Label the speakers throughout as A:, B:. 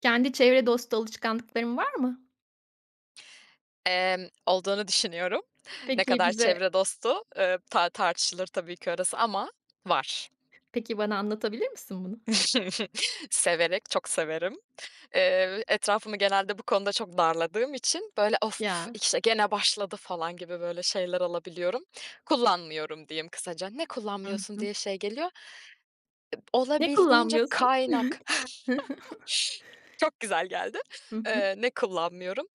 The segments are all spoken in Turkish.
A: Kendi çevre dostu alışkanlıkların var mı?
B: Olduğunu düşünüyorum. Ne
A: Peki
B: kadar
A: bize
B: çevre dostu, tartışılır tabii ki orası ama var.
A: peki bana anlatabilir misin bunu?
B: Severek, çok severim. Etrafımı genelde bu konuda çok darladığım için, böyle, "Of,
A: Ya.
B: işte, gene başladı." falan gibi böyle şeyler alabiliyorum. Kullanmıyorum diyeyim kısaca. "Ne
A: Hı
B: kullanmıyorsun?"
A: hı.
B: diye şey geliyor.
A: Ne
B: Olabildiğince
A: kullanmıyorsun?
B: kaynak. Çok güzel geldi.
A: Hı hı.
B: Ne kullanmıyorum?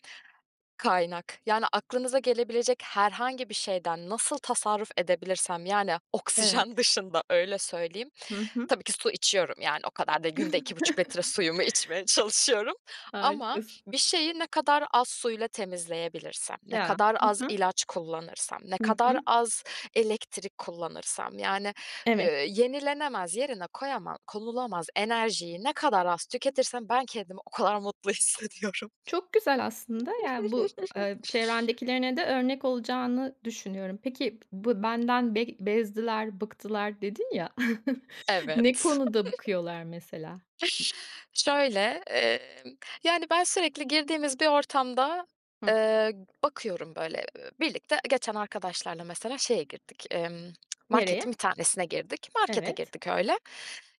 B: Kaynak. Yani, aklınıza gelebilecek herhangi bir şeyden nasıl tasarruf edebilirsem, yani, oksijen
A: Evet.
B: dışında, öyle söyleyeyim.
A: Hı hı.
B: Tabii ki su içiyorum, yani, o kadar da Günde iki buçuk litre suyumu içmeye çalışıyorum ama
A: Harikasın.
B: bir şeyi ne kadar az suyla temizleyebilirsem, ne
A: Ya.
B: kadar
A: Hı
B: az
A: hı.
B: ilaç kullanırsam, ne
A: Hı
B: kadar
A: hı.
B: az elektrik kullanırsam, yani,
A: Evet.
B: yenilenemez, yerine koyamam konulamaz enerjiyi ne kadar az tüketirsem ben kendimi o kadar mutlu hissediyorum.
A: Çok güzel aslında. Yani, bu, çevrendekilerine de örnek olacağını düşünüyorum. Peki bu benden bezdiler, bıktılar dedin ya. Ne
B: Evet.
A: konuda bıkıyorlar mesela?
B: Şöyle, emm, yani, ben sürekli girdiğimiz bir ortamda,
A: Hı.
B: eee, bakıyorum böyle, birlikte geçen arkadaşlarla mesela şeye girdik,
A: Nereye?
B: marketin bir tanesine girdik. Markete
A: Evet.
B: girdik öyle.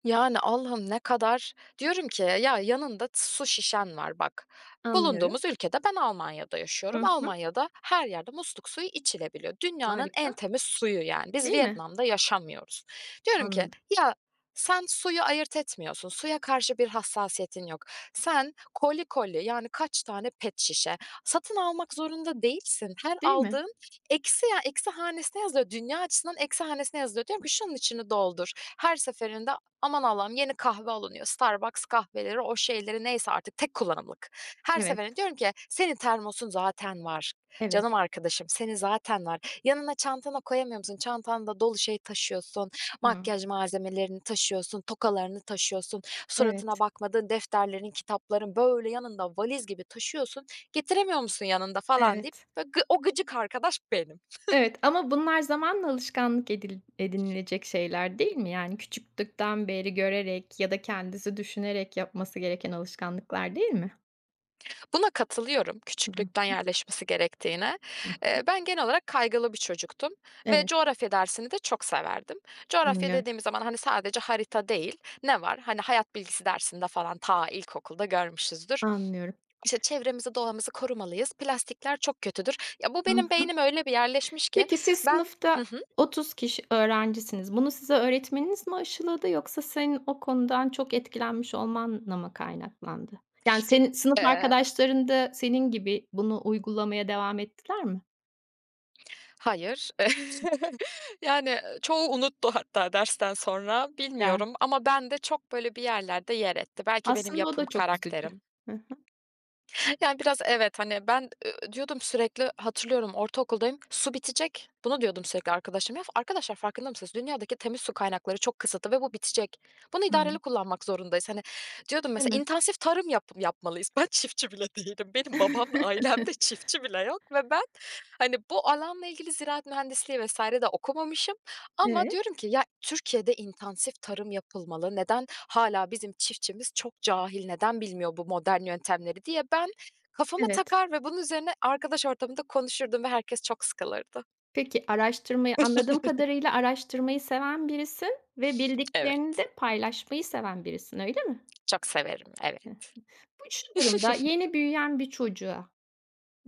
B: Yani, Allah'ım ne kadar diyorum ki ya yanında su şişen var bak.
A: Anlıyorum.
B: Bulunduğumuz ülkede ben Almanya'da yaşıyorum.
A: Hı hı.
B: Almanya'da her yerde musluk suyu içilebiliyor. Dünyanın en
A: Harika.
B: temiz suyu yani. Biz
A: Değil mi?
B: Vietnam'da yaşamıyoruz. Diyorum ki
A: Anladım.
B: ya sen suyu ayırt etmiyorsun. Suya karşı bir hassasiyetin yok. Sen koli koli, yani, kaç tane pet şişe satın almak zorunda değilsin. Her
A: Değil mi?
B: aldığın eksi, ya, eksi hanesine yazıyor. Dünya açısından eksi hanesine yazıyor. Diyorum ki şunun içini doldur. Her seferinde aman Allah'ım yeni kahve alınıyor. Starbucks kahveleri, o şeyleri neyse artık tek kullanımlık. Her
A: Evet,
B: seferinde diyorum ki senin termosun zaten var.
A: evet.
B: Canım arkadaşım seni zaten var. Yanına çantana koyamıyor musun? Çantanda dolu şey taşıyorsun.
A: Hıı.
B: Makyaj malzemelerini taşıyorsun, tokalarını taşıyorsun, suratına
A: Evet,
B: bakmadığın defterlerin, kitapların böyle yanında valiz gibi taşıyorsun. "Getiremiyor musun yanında?" falan deyip
A: evet.
B: ve o gıcık arkadaş benim.
A: Evet, ama bunlar zamanla alışkanlık edil edinilecek şeyler değil mi? Yani, küçüklükten beri görerek ya da kendisi düşünerek yapması gereken alışkanlıklar değil mi?
B: Buna katılıyorum
A: Hı hı.
B: küçüklükten yerleşmesi gerektiğine.
A: Hı.
B: Ben genel olarak kaygılı bir çocuktum ve
A: Evet,
B: coğrafya dersini de çok severdim. Coğrafya
A: anlıyorum,
B: dediğimiz zaman, hani, sadece harita değil, ne var? Hani, hayat bilgisi dersinde falan ta ilkokulda görmüşüzdür.
A: anlıyorum.
B: İşte, çevremizi, doğamızı korumalıyız. Plastikler çok kötüdür. Ya, bu benim
A: Hı.
B: beynime öyle bir yerleşmiş ki
A: Peki, siz
B: ben. Hı
A: sınıfta
B: hı.
A: 30 kişi öğrencisiniz. Bunu size öğretmeniniz mi aşıladı, yoksa senin o konudan çok etkilenmiş olmanla mı kaynaklandı? Yani, senin sınıf
B: Eee,
A: arkadaşların da senin gibi bunu uygulamaya devam ettiler mi?
B: hayır. Yani, çoğu unuttu hatta dersten sonra.
A: Ya,
B: Bilmiyorum ama ben de çok, böyle, bir yerlerde yer etti. Belki benim
A: aslında o
B: yapım,
A: da çok üzücü.
B: karakterim.
A: Hı hı.
B: Derken biraz evet, hani, ben, diyordum sürekli hatırlıyorum ortaokuldayım, su bitecek. Bunu diyordum sürekli arkadaşlarıma. "Ya, arkadaşlar farkında mısınız? Dünyadaki temiz su kaynakları çok kısıtlı ve bu bitecek. Bunu idareli
A: Hımm.
B: kullanmak zorundayız." Hani, diyordum
A: Değil
B: mesela
A: mi?
B: intensif tarım yapmalıyız." Ben çiftçi bile değilim. Benim babam da ailemde çiftçi bile yok ve ben, hani, bu alanla ilgili ziraat mühendisliği vesaire de okumamışım ama
A: Evet,
B: diyorum ki "Ya, Türkiye'de intensif tarım yapılmalı. Neden hala bizim çiftçimiz çok cahil, neden bilmiyor bu modern yöntemleri?" diye ben kafama
A: evet.
B: takar ve bunun üzerine arkadaş ortamında konuşurdum ve herkes çok sıkılırdı.
A: Peki, araştırmayı, anladığım kadarıyla araştırmayı seven birisin ve bildiklerini
B: Evet.
A: de paylaşmayı seven birisin, öyle mi?
B: Çok severim,
A: Heh.
B: evet.
A: Bu şu durumda yeni büyüyen bir çocuğa.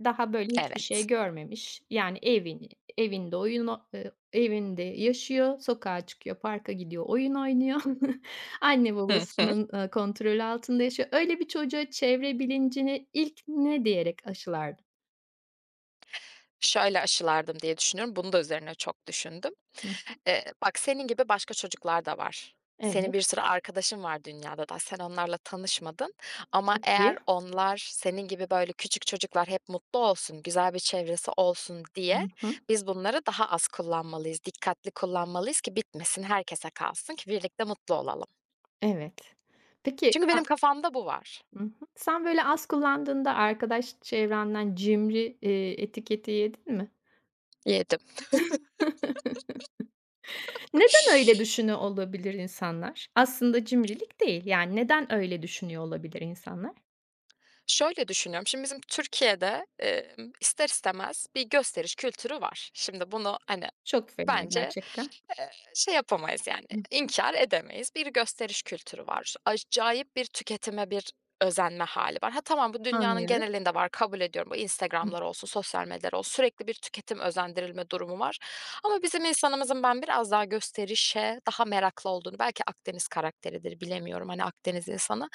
A: Daha böyle hiçbir şey
B: Evet.
A: görmemiş. Yani, evinde oyun o evinde yaşıyor, sokağa çıkıyor, parka gidiyor, oyun oynuyor. Anne
B: Hı hı.
A: babasının, kontrolü altında yaşıyor. Öyle bir çocuğa çevre bilincini ilk ne diyerek aşılardın?
B: Şöyle aşılardım diye düşünüyorum. Bunu da üzerine çok düşündüm.
A: Hı.
B: Bak senin gibi başka çocuklar da var. Senin
A: Evet,
B: bir sürü arkadaşın var dünyada da. Sen onlarla tanışmadın ama
A: çok
B: eğer
A: iyi.
B: onlar senin gibi böyle küçük çocuklar hep mutlu olsun, güzel bir çevresi olsun diye
A: Hı hı.
B: biz bunları daha az kullanmalıyız, dikkatli kullanmalıyız ki bitmesin, herkese kalsın ki birlikte mutlu olalım.
A: Evet. Peki
B: Çünkü benim
A: sen.
B: kafamda bu var.
A: Hı hı. Sen böyle az kullandığında arkadaş çevrenden cimri, etiketi yedin mi?
B: Yedim.
A: Neden öyle düşünüyor olabilir insanlar? Aslında cimrilik değil. Yani, neden öyle düşünüyor olabilir insanlar?
B: Şöyle düşünüyorum, şimdi bizim Türkiye'de, ister istemez bir gösteriş kültürü var. Şimdi bunu, hani,
A: Çok fena
B: bence
A: gerçekten.
B: Şey yapamayız yani,
A: Hı.
B: inkâr edemeyiz. Bir gösteriş kültürü var. Acayip bir tüketime, bir özenme hâli var. Ha, tamam, bu dünyanın
A: Anlıyorum.
B: genelinde var, kabul ediyorum. Bu
A: Hı.
B: Instagram'lar olsun, sosyal medyalar olsun sürekli bir tüketim, özendirilme durumu var. Ama bizim insanımızın ben biraz daha gösterişe daha meraklı olduğunu, belki Akdeniz karakteridir bilemiyorum, hani, Akdeniz insanı.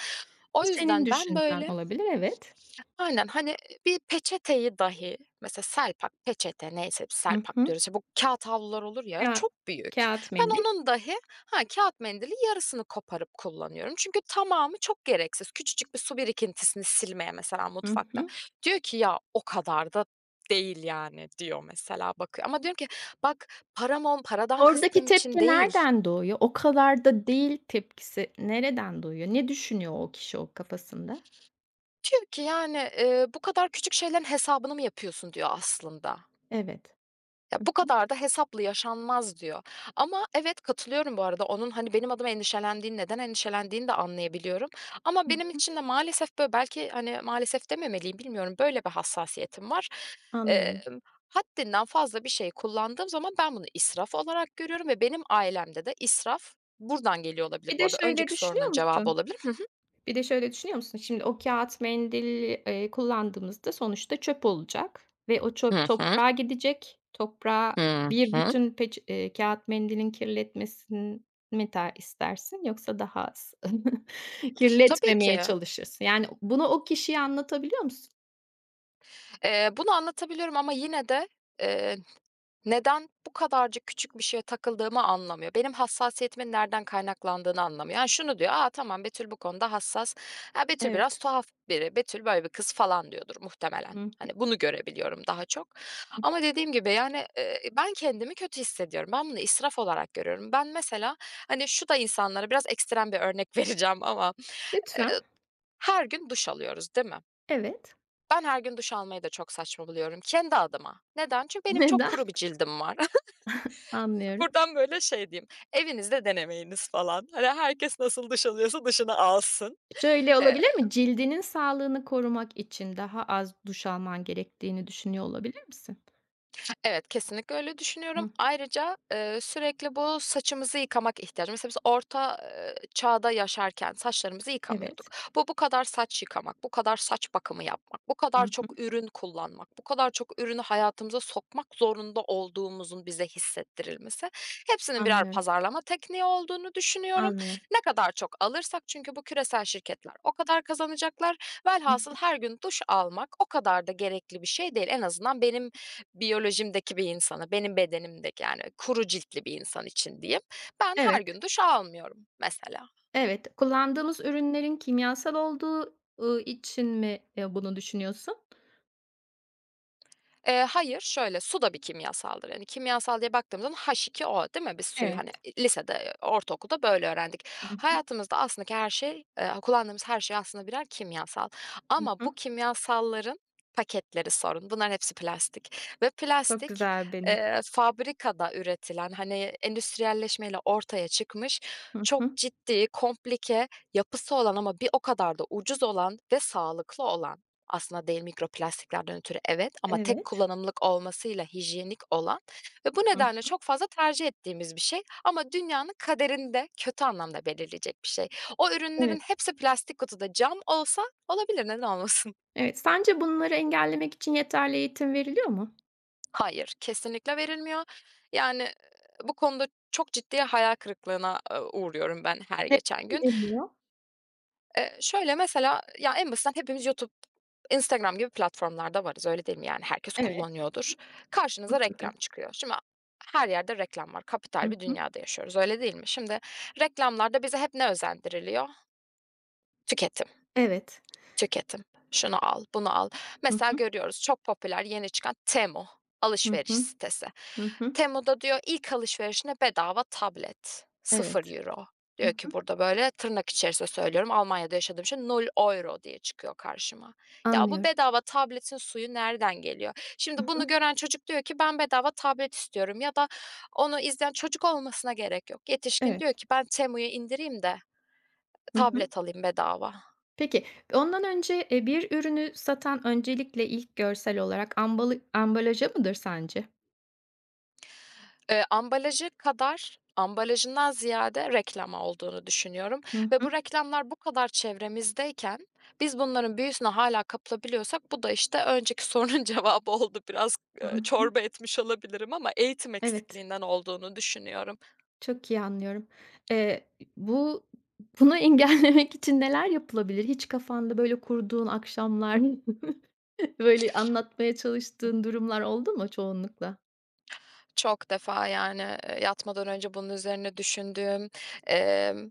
A: Bu
B: O
A: senin
B: yüzden ben
A: düşüncen
B: böyle
A: olabilir, evet.
B: aynen, hani, bir peçeteyi dahi mesela Selpak, peçete neyse biz
A: Hı
B: Selpak
A: hı.
B: diyoruz, işte, bu kağıt havlular olur ya,
A: Kâğıt
B: çok büyük.
A: kâğıt
B: Ben
A: mendil.
B: onun dahi ha, kâğıt mendili yarısını koparıp kullanıyorum. Çünkü tamamı çok gereksiz. Küçücük bir su birikintisini silmeye mesela
A: Hı
B: mutfakta
A: hı.
B: diyor ki "Ya, o kadar da değil yani." diyor mesela bakıyor ama diyorum ki "Bak param on paradan
A: Oradaki
B: kıstığım
A: tepki
B: için değil."
A: nereden doğuyor? "O kadar da değil." tepkisi nereden doğuyor? Ne düşünüyor o kişi o kafasında?
B: Diyor ki "Yani, bu kadar küçük şeylerin hesabını mı yapıyorsun?" diyor aslında.
A: Evet.
B: Ya,
A: Hı
B: bu kadar da hesaplı yaşanmaz diyor. Ama evet, katılıyorum bu arada. Onun, hani, benim adıma endişelendiğini, neden endişelendiğini de anlayabiliyorum. Ama benim
A: hı.
B: için de maalesef böyle belki, hani, maalesef dememeliyim, bilmiyorum, böyle bir hassasiyetim var.
A: Anlıyorum.
B: Emm, haddinden fazla bir şey kullandığım zaman ben bunu israf olarak görüyorum ve benim ailemde de israf buradan geliyor olabilir
A: Bir
B: bu
A: de
B: arada.
A: şöyle
B: Önceki
A: düşünüyor
B: sorunun cevabı
A: musun?
B: olabilir.
A: Bir de şöyle düşünüyor musun? Şimdi o kağıt mendil kullandığımızda sonuçta çöp olacak ve o çöp
B: Hı hı.
A: toprağa gidecek. Toprağa
B: Hı
A: bir
B: hı.
A: bütün peç kâğıt mendilin kirletmesini mi istersin, yoksa daha az
B: Tabii
A: kirletmemeye
B: ki.
A: çalışırsın? Yani, bunu o kişiye anlatabiliyor musun?
B: Bunu anlatabiliyorum ama yine de, eee neden bu kadarcık küçük bir şeye takıldığımı anlamıyor. Benim hassasiyetimin nereden kaynaklandığını anlamıyor. Yani şunu diyor, aa tamam Betül bu konuda hassas. Ya, Betül
A: Evet.
B: biraz tuhaf biri. Betül böyle bir kız." falan diyordur muhtemelen.
A: Hı.
B: Hani, bunu görebiliyorum daha çok ama dediğim gibi, yani, ben kendimi kötü hissediyorum. Ben bunu israf olarak görüyorum. Ben mesela, hani, şu da insanlara biraz ekstrem bir örnek vereceğim ama, eee,
A: Lütfen.
B: her gün duş alıyoruz, değil mi?
A: Evet.
B: Ben her gün duş almayı da çok saçma buluyorum kendi adıma. Neden? Çünkü benim çok
A: Neden?
B: kuru bir cildim var.
A: Anlıyorum.
B: Buradan böyle şey diyeyim, evinizde denemeyiniz falan. Hani herkes nasıl dış alıyorsa dışına alsın.
A: Şöyle olabilir mi? Cildinin sağlığını korumak için daha az duş alman gerektiğini düşünüyor olabilir misin?
B: Evet, kesinlikle öyle düşünüyorum.
A: Hıh.
B: Ayrıca, sürekli bu saçımızı yıkamak ihtiyacı. Mesela biz orta, çağda yaşarken saçlarımızı yıkamıyorduk.
A: Evet.
B: Bu kadar saç yıkamak, bu kadar saç bakımı yapmak, bu
A: Hı
B: kadar
A: hı.
B: çok ürün kullanmak, bu kadar çok ürünü hayatımıza sokmak zorunda olduğumuzun bize hissettirilmesi, hepsinin birer
A: Anlıyorum,
B: pazarlama tekniği olduğunu düşünüyorum.
A: anlıyorum.
B: Ne kadar çok alırsak çünkü bu küresel şirketler o kadar kazanacaklar.
A: Hı
B: Velhasıl
A: hı.
B: her gün duş almak o kadar da gerekli bir şey değil. En azından benim biyolojimdeki bir insana, benim bedenimdeki yani kuru ciltli bir insan için diyeyim, ben her
A: Evet,
B: gün duş almıyorum mesela.
A: evet. Kullandığımız ürünlerin kimyasal olduğu, için mi, bunu düşünüyorsun?
B: Hayır, şöyle, su da bir kimyasaldır. Yani, kimyasal diye baktığımızda H2O, değil mi? Biz suyu, hani,
A: Evet.
B: lisede, ortaokulda böyle öğrendik.
A: Hı hı.
B: Hayatımızda aslında ki her şey, kullandığımız her şey aslında birer kimyasal
A: Hı
B: ama bu
A: hı.
B: kimyasalların paketleri sorun. Bunların hepsi plastik ve
A: Çok
B: plastik,
A: güzel bir not.
B: fabrikada üretilen, hani, endüstriyelleşmeyle ortaya çıkmış
A: Hı
B: çok
A: hı.
B: ciddi, komplike, yapısı olan ama bir o kadar da ucuz olan ve sağlıklı olan aslında değil, mikroplastiklerden ötürü evet ama tek
A: Evet.
B: kullanımlık olmasıyla hijyenik olan ve bu nedenle
A: Hı.
B: çok fazla tercih ettiğimiz bir şey ama dünyanın kaderinde kötü anlamda belirleyecek bir şey. O ürünlerin
A: Evet,
B: hepsi plastik kutuda. Cam olsa olabilir, neden olmasın?
A: evet. Sence bunları engellemek için yeterli eğitim veriliyor mu?
B: Hayır, kesinlikle verilmiyor. Yani, bu konuda çok ciddi hayal kırıklığına, uğruyorum ben her
A: Neden
B: geçen gün.
A: veriliyor?
B: Şöyle mesela, ya, en basitinden hepimiz YouTube, Instagram gibi platformlarda varız, öyle değil mi? Yani herkes
A: Evet,
B: kullanıyordur. Karşınıza
A: mutlaka.
B: reklam çıkıyor. Şimdi her yerde reklam var.
A: Hı
B: Kapital bir
A: hı.
B: dünyada yaşıyoruz, öyle değil mi? Şimdi reklamlarda bize hep ne özendiriliyor? Tüketim.
A: Evet.
B: Tüketim. Şunu al, bunu al.
A: Hı
B: Mesela
A: hı.
B: görüyoruz çok popüler yeni çıkan Temu
A: Hı
B: alışveriş
A: hı.
B: sitesi.
A: Hı hı.
B: Temu'da diyor ilk alışverişine bedava tablet, sıfır
A: Evet.
B: euro.
A: Hı
B: Diyor ki
A: hı.
B: burada böyle tırnak içerisinde söylüyorum, Almanya'da yaşadığım için nol euro diye çıkıyor karşıma. Ya bu
A: Anlıyorum.
B: bedava tabletin suyu nereden geliyor?
A: Hı
B: Şimdi
A: hı.
B: bunu gören çocuk diyor ki ben bedava tablet istiyorum ya da onu izleyen çocuk olmasına gerek yok. Yetişkin
A: Evet.
B: diyor ki ben Temu'yu indireyim de
A: Hı hı.
B: tablet alayım bedava.
A: Peki, ondan önce, bir ürünü satan öncelikle ilk görsel olarak ambalaja mıdır sence?
B: Ambalajı kadar ambalajından ziyade reklama olduğunu düşünüyorum
A: Hı
B: ve
A: hı.
B: bu reklamlar bu kadar çevremizdeyken biz bunların büyüsüne hâlâ kapılabiliyorsak bu da, işte, önceki sorunun cevabı oldu. Biraz,
A: Hı hı.
B: çorba etmiş olabilirim ama eğitim
A: Evet,
B: eksikliğinden olduğunu düşünüyorum.
A: çok iyi anlıyorum. Eee, bu bunu engellemek için neler yapılabilir? Hiç kafanda böyle kurduğun akşamlar, böyle anlatmaya çalıştığın durumlar oldu mu çoğunlukla?
B: Çok defa, yani, yatmadan önce bunun üzerine düşündüğüm, emm,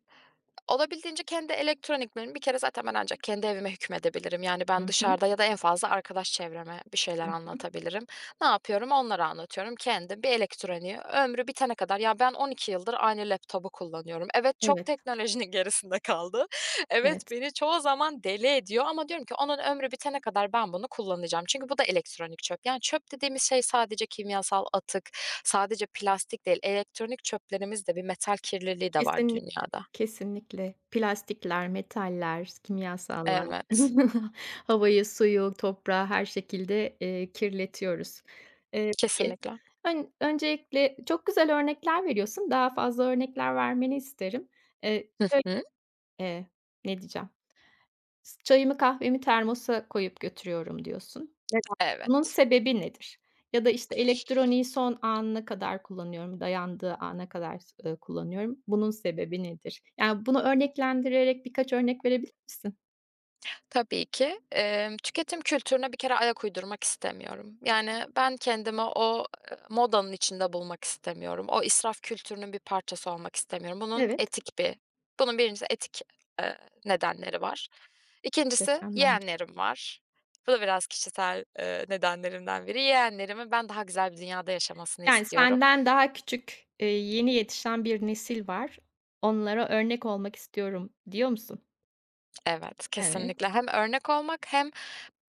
B: olabildiğince kendi elektroniklerimi bir kere zaten ben ancak kendi evime hükmedebilirim. Yani, ben
A: Hı hı.
B: dışarıda ya da en fazla arkadaş çevreme bir şeyler
A: Hı.
B: anlatabilirim. Ne yapıyorum? Onlara anlatıyorum. Kendim bir elektroniği ömrü bitene kadar ya, ben 12 yıldır aynı laptopu kullanıyorum. Evet, çok
A: Evet,
B: teknolojinin gerisinde kaldı. Evet,
A: evet.
B: beni çoğu zaman deli ediyor ama diyorum ki onun ömrü bitene kadar ben bunu kullanacağım. Çünkü bu da elektronik çöp. Yani, çöp dediğimiz şey sadece kimyasal atık, sadece plastik değil. Elektronik çöplerimizde bir metal kirliliği de var
A: Kesinlikle,
B: dünyada.
A: kesinlikle. Plastikler, metaller, kimyasallar,
B: Evet,
A: havayı, suyu, toprağı her şekilde, kirletiyoruz. Peki,
B: kesinlikle.
A: öncelikle çok güzel örnekler veriyorsun. Daha fazla örnekler vermeni isterim. Eee,
B: Hı
A: şöyle,
B: hı,
A: eee, ne diyeceğim? Çayımı, kahvemi termosa koyup götürüyorum diyorsun. Neden? Bunun
B: evet.
A: sebebi nedir? Ya da, işte, elektroniği son anına kadar kullanıyorum, dayandığı ana kadar kullanıyorum. Bunun sebebi nedir? Yani, bunu örneklendirerek birkaç örnek verebilir misin?
B: Tabii ki, tüketim kültürüne bir kere ayak uydurmak istemiyorum. Yani, ben kendimi o, modanın içinde bulmak istemiyorum. O israf kültürünün bir parçası olmak istemiyorum. Bunun
A: Evet,
B: etik bir birincisi etik, eee, nedenleri var. İkincisi
A: muhteşem bence.
B: yeğenlerim var. Bu da biraz kişisel, nedenlerimden biri. Yeğenlerimin ben daha güzel bir dünyada yaşamasını
A: Yani,
B: istiyorum.
A: senden daha küçük, yeni yetişen bir nesil var. Onlara örnek olmak istiyorum diyor musun?
B: Evet,
A: Evet,
B: kesinlikle. Hem örnek olmak hem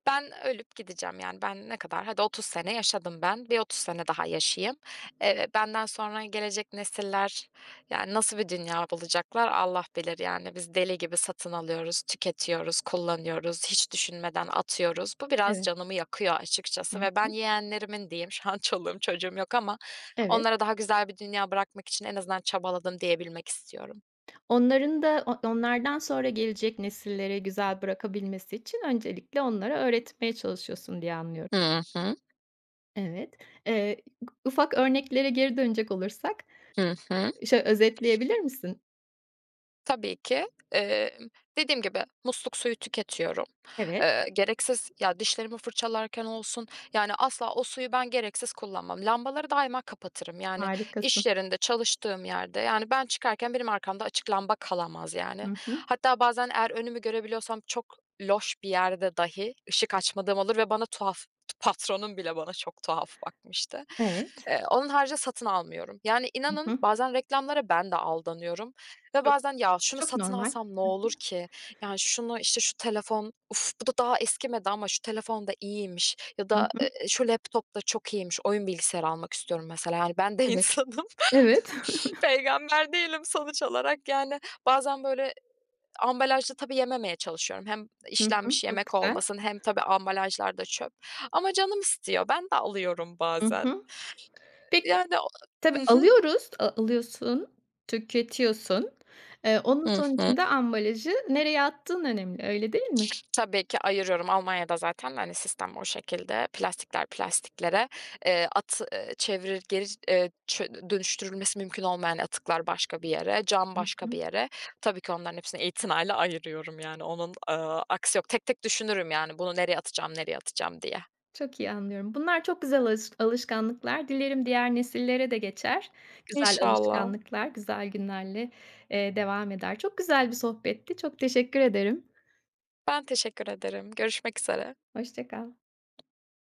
B: ben ölüp gideceğim, yani, ben ne kadar hadi 30 sene yaşadım ben, bir 30 sene daha yaşayayım. Benden sonra gelecek nesiller, yani, nasıl bir dünya bulacaklar Allah bilir, yani. Biz deli gibi satın alıyoruz, tüketiyoruz, kullanıyoruz, hiç düşünmeden atıyoruz. Bu biraz
A: evet.
B: canımı yakıyor
A: Hı
B: açıkçası ve ben
A: hı.
B: yeğenlerimin diyeyim, şu an çoluğum çocuğum yok ama
A: Evet.
B: onlara daha güzel bir dünya bırakmak için en azından çabaladım diyebilmek istiyorum.
A: Onların da onlardan sonra gelecek nesillere güzel bırakabilmesi için öncelikle onlara öğretmeye çalışıyorsun diye anlıyorum.
B: Hı hı.
A: Evet. Eee, ufak örneklere geri dönecek olursak,
B: Hı hı.
A: şöyle özetleyebilir misin?
B: Tabii ki. Emm, dediğim gibi musluk suyu tüketiyorum.
A: Evet,
B: Gereksiz ya, dişlerimi fırçalarken olsun, yani, asla o suyu ben gereksiz kullanmam. Lambaları daima kapatırım. Yani,
A: harikasın.
B: iş yerinde, çalıştığım yerde, yani, ben çıkarken benim arkamda açık lamba kalamaz, yani.
A: Hı hı.
B: Hatta bazen eğer önümü görebiliyorsam çok loş bir yerde dahi ışık açmadığım olur ve bana tuhaf patronum bile bana çok tuhaf bakmıştı.
A: Evet.
B: Onun haricinde satın almıyorum. Yani,
A: Hı
B: inanın
A: hı.
B: bazen reklamlara ben de aldanıyorum. Ve
A: Çok,
B: bazen "Ya, şunu
A: çok
B: satın
A: normal.
B: alsam ne olur ki? Yani, şunu, işte, şu telefon, uf, bu da daha eskimedi ama şu telefon da iyiymiş ya
A: Hı
B: da,
A: hı.
B: şu laptop da çok iyiymiş. Oyun bilgisayarı almak istiyorum." mesela. Yani, ben de
A: Evet.
B: insanım,
A: Evet.
B: peygamber değilim sonuç olarak. Yani, bazen, böyle, ambalajlı tabii yememeye çalışıyorum. Hem
A: Hı hı.
B: işlenmiş
A: Çok
B: yemek
A: güzel.
B: olmasın hem tabii ambalajlar da çöp ama canım istiyor. Ben de alıyorum
A: Hı
B: bazen.
A: hı. Peki,
B: Yani o
A: tabii
B: Hı hı.
A: alıyoruz, alıyorsun, tüketiyorsun. Onun
B: Hı hı.
A: sonucunda ambalajı nereye attığın önemli, öyle değil mi?
B: Tabii ki ayırıyorum. Almanya'da zaten, hani, sistem o şekilde. Plastikler plastiklere, at çevirir geri, dönüştürülmesi mümkün olmayan atıklar başka bir yere, cam
A: Hı
B: başka bir
A: hı.
B: yere. Tabii ki onların hepsini itinayla ayırıyorum, yani, onun, aksi yok. Tek tek düşünürüm, yani, bunu nereye atacağım, nereye atacağım diye.
A: Çok iyi anlıyorum. Bunlar çok güzel alışkanlıklar. Dilerim diğer nesillere de geçer. Güzel
B: İnşallah.
A: alışkanlıklar, güzel günlerle, devam eder. Çok güzel bir sohbetti. Çok teşekkür ederim.
B: Ben teşekkür ederim. Görüşmek üzere.
A: Hoşça kal.